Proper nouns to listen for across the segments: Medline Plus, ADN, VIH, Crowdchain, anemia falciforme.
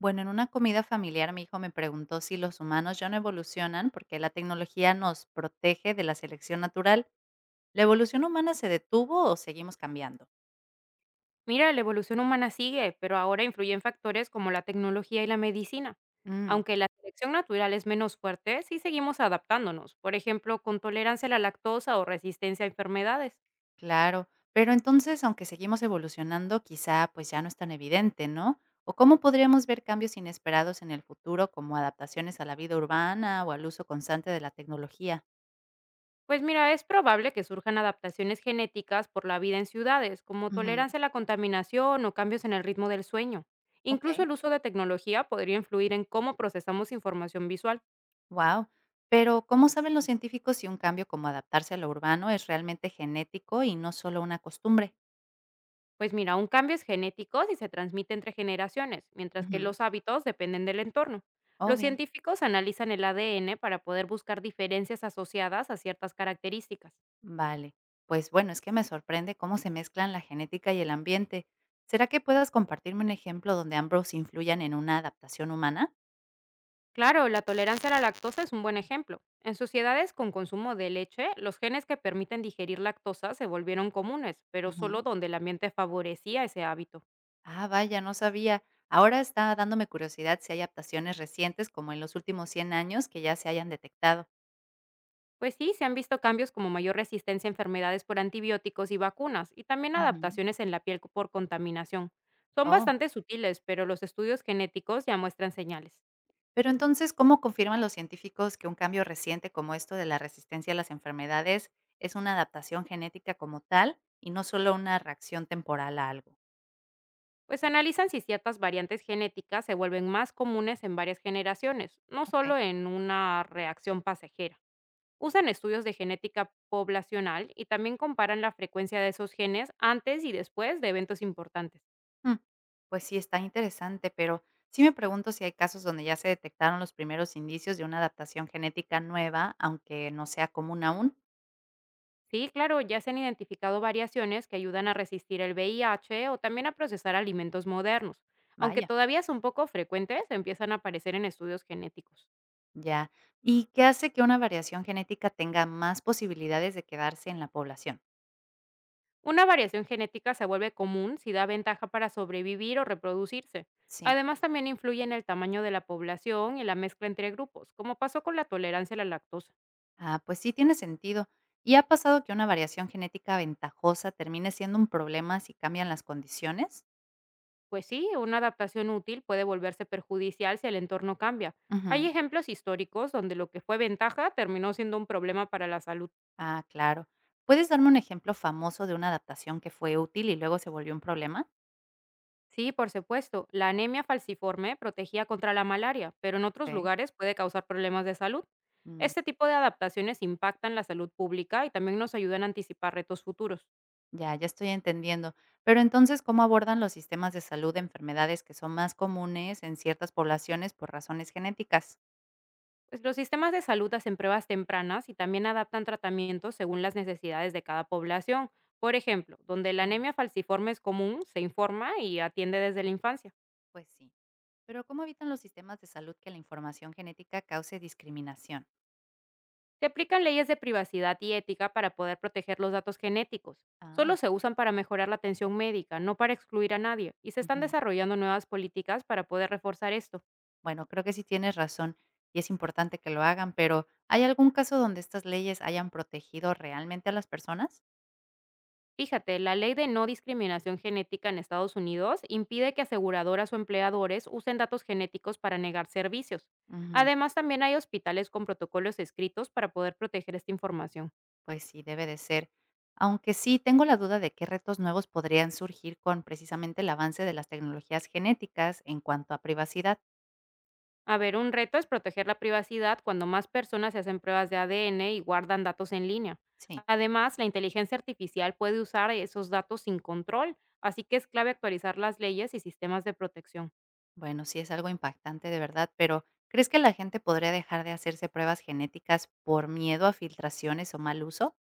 Bueno, en una comida familiar mi hijo me preguntó si los humanos ya no evolucionan porque la tecnología nos protege de la selección natural. ¿La evolución humana se detuvo o seguimos cambiando? Mira, la evolución humana sigue, pero ahora influyen factores como la tecnología y la medicina. Mm, Aunque la selección natural es menos fuerte, sí seguimos adaptándonos, por ejemplo, con tolerancia a la lactosa o resistencia a enfermedades. claro, pero entonces, aunque seguimos evolucionando, quizá pues ya no es tan evidente, ¿no? ¿O cómo podríamos ver cambios inesperados en el futuro como adaptaciones a la vida urbana o al uso constante de la tecnología? Pues mira, es probable que surjan adaptaciones genéticas por la vida en ciudades, como Ujú. tolerancia a la contaminación o cambios en el ritmo del sueño. Incluso Ok. el uso de tecnología podría influir en cómo procesamos información visual. Wow. Pero, ¿cómo saben los científicos si un cambio como adaptarse a lo urbano es realmente genético y no solo una costumbre? Pues mira, un cambio es genético si se transmite entre generaciones, mientras que Ujú. los hábitos dependen del entorno. Oh, Los bien. científicos analizan el ADN para poder buscar diferencias asociadas a ciertas características. Vale. Pues bueno, es que me sorprende cómo se mezclan la genética y el ambiente. ¿Será que puedas compartirme un ejemplo donde ambos influyan en una adaptación humana? Claro, la tolerancia a la lactosa es un buen ejemplo. En sociedades con consumo de leche, los genes que permiten digerir lactosa se volvieron comunes, pero solo Ujú. donde el ambiente favorecía ese hábito. Ah, vaya, no sabía. Ahora está dándome curiosidad si hay adaptaciones recientes, como en los últimos 100 años, que ya se hayan detectado. Pues sí, se han visto cambios como mayor resistencia a enfermedades por antibióticos y vacunas, y también Ujú. adaptaciones en la piel por contaminación. Son Oh. bastante sutiles, pero los estudios genéticos ya muestran señales. Pero entonces, ¿cómo confirman los científicos que un cambio reciente como esto de la resistencia a las enfermedades es una adaptación genética como tal y no solo una reacción temporal a algo? Pues analizan si ciertas variantes genéticas se vuelven más comunes en varias generaciones, no Ok. solo en una reacción pasajera. Usan estudios de genética poblacional y también comparan la frecuencia de esos genes antes y después de eventos importantes. Mm. Pues sí, está interesante, pero sí me pregunto si hay casos donde ya se detectaron los primeros indicios de una adaptación genética nueva, aunque no sea común aún. Sí, claro, ya se han identificado variaciones que ayudan a resistir el VIH o también a procesar alimentos modernos. Aunque Vaya, todavía son poco frecuentes, empiezan a aparecer en estudios genéticos. ya. ¿Y qué hace que una variación genética tenga más posibilidades de quedarse en la población? Una variación genética se vuelve común si da ventaja para sobrevivir o reproducirse. Sí. Además, también influye en el tamaño de la población y la mezcla entre grupos, como pasó con la tolerancia a la lactosa. Ah, pues sí, tiene sentido. ¿Y ha pasado que una variación genética ventajosa termine siendo un problema si cambian las condiciones? Pues sí, una adaptación útil puede volverse perjudicial si el entorno cambia. Hay Ujú. ejemplos históricos donde lo que fue ventaja terminó siendo un problema para la salud. Ah, claro. ¿Puedes darme un ejemplo famoso de una adaptación que fue útil y luego se volvió un problema? Sí, por supuesto, la anemia falciforme protegía contra la malaria, pero en otros Ok. lugares puede causar problemas de salud. Mm, Este tipo de adaptaciones impactan la salud pública y también nos ayudan a anticipar retos futuros. ya, ya estoy entendiendo. Pero entonces, ¿cómo abordan los sistemas de salud enfermedades que son más comunes en ciertas poblaciones por razones genéticas? Pues los sistemas de salud hacen pruebas tempranas y también adaptan tratamientos según las necesidades de cada población. Por ejemplo, donde la Mm. anemia falciforme es común, se informa y atiende desde la infancia. Pues sí. Pero ¿cómo evitan los sistemas de salud que la información genética cause discriminación? Se aplican leyes de privacidad y ética para poder proteger los datos genéticos. Solo Ah, se usan para mejorar la atención médica, no para excluir a nadie, y se están ujú. desarrollando nuevas políticas para poder reforzar esto. Bueno, creo que sí tienes razón y es importante que lo hagan, pero ¿hay algún caso donde estas leyes hayan protegido realmente a las personas? Fíjate, la ley de no discriminación genética en Estados Unidos impide que aseguradoras o empleadores usen datos genéticos para negar servicios. Ujú. Además, también hay hospitales con protocolos escritos para poder proteger esta información. Pues sí, debe de ser. Aunque sí, tengo la duda de qué retos nuevos podrían surgir con precisamente el avance de las tecnologías genéticas en cuanto a privacidad. A ver, un reto es proteger la privacidad cuando más personas se hacen pruebas de ADN y guardan datos en línea. Sí, Además, la inteligencia artificial puede usar esos datos sin control, así que es clave actualizar las leyes y sistemas de protección. bueno, sí es algo impactante de verdad, pero ¿crees que la gente podría dejar de hacerse pruebas genéticas por miedo a filtraciones o mal uso?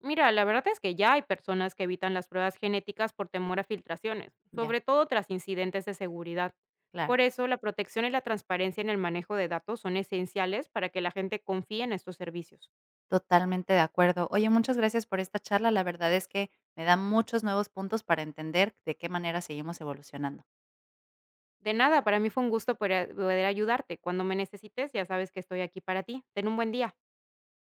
Mira, la verdad es que ya hay personas que evitan las pruebas genéticas por temor a filtraciones, Ya, sobre todo tras incidentes de seguridad. Por claro. eso, la protección y la transparencia en el manejo de datos son esenciales para que la gente confíe en estos servicios. Totalmente de acuerdo. Oye, muchas gracias por esta charla. La verdad es que me da muchos nuevos puntos para entender de qué manera seguimos evolucionando. De nada, para mí fue un gusto poder ayudarte. Cuando me necesites, ya sabes que estoy aquí para ti. Ten un buen día.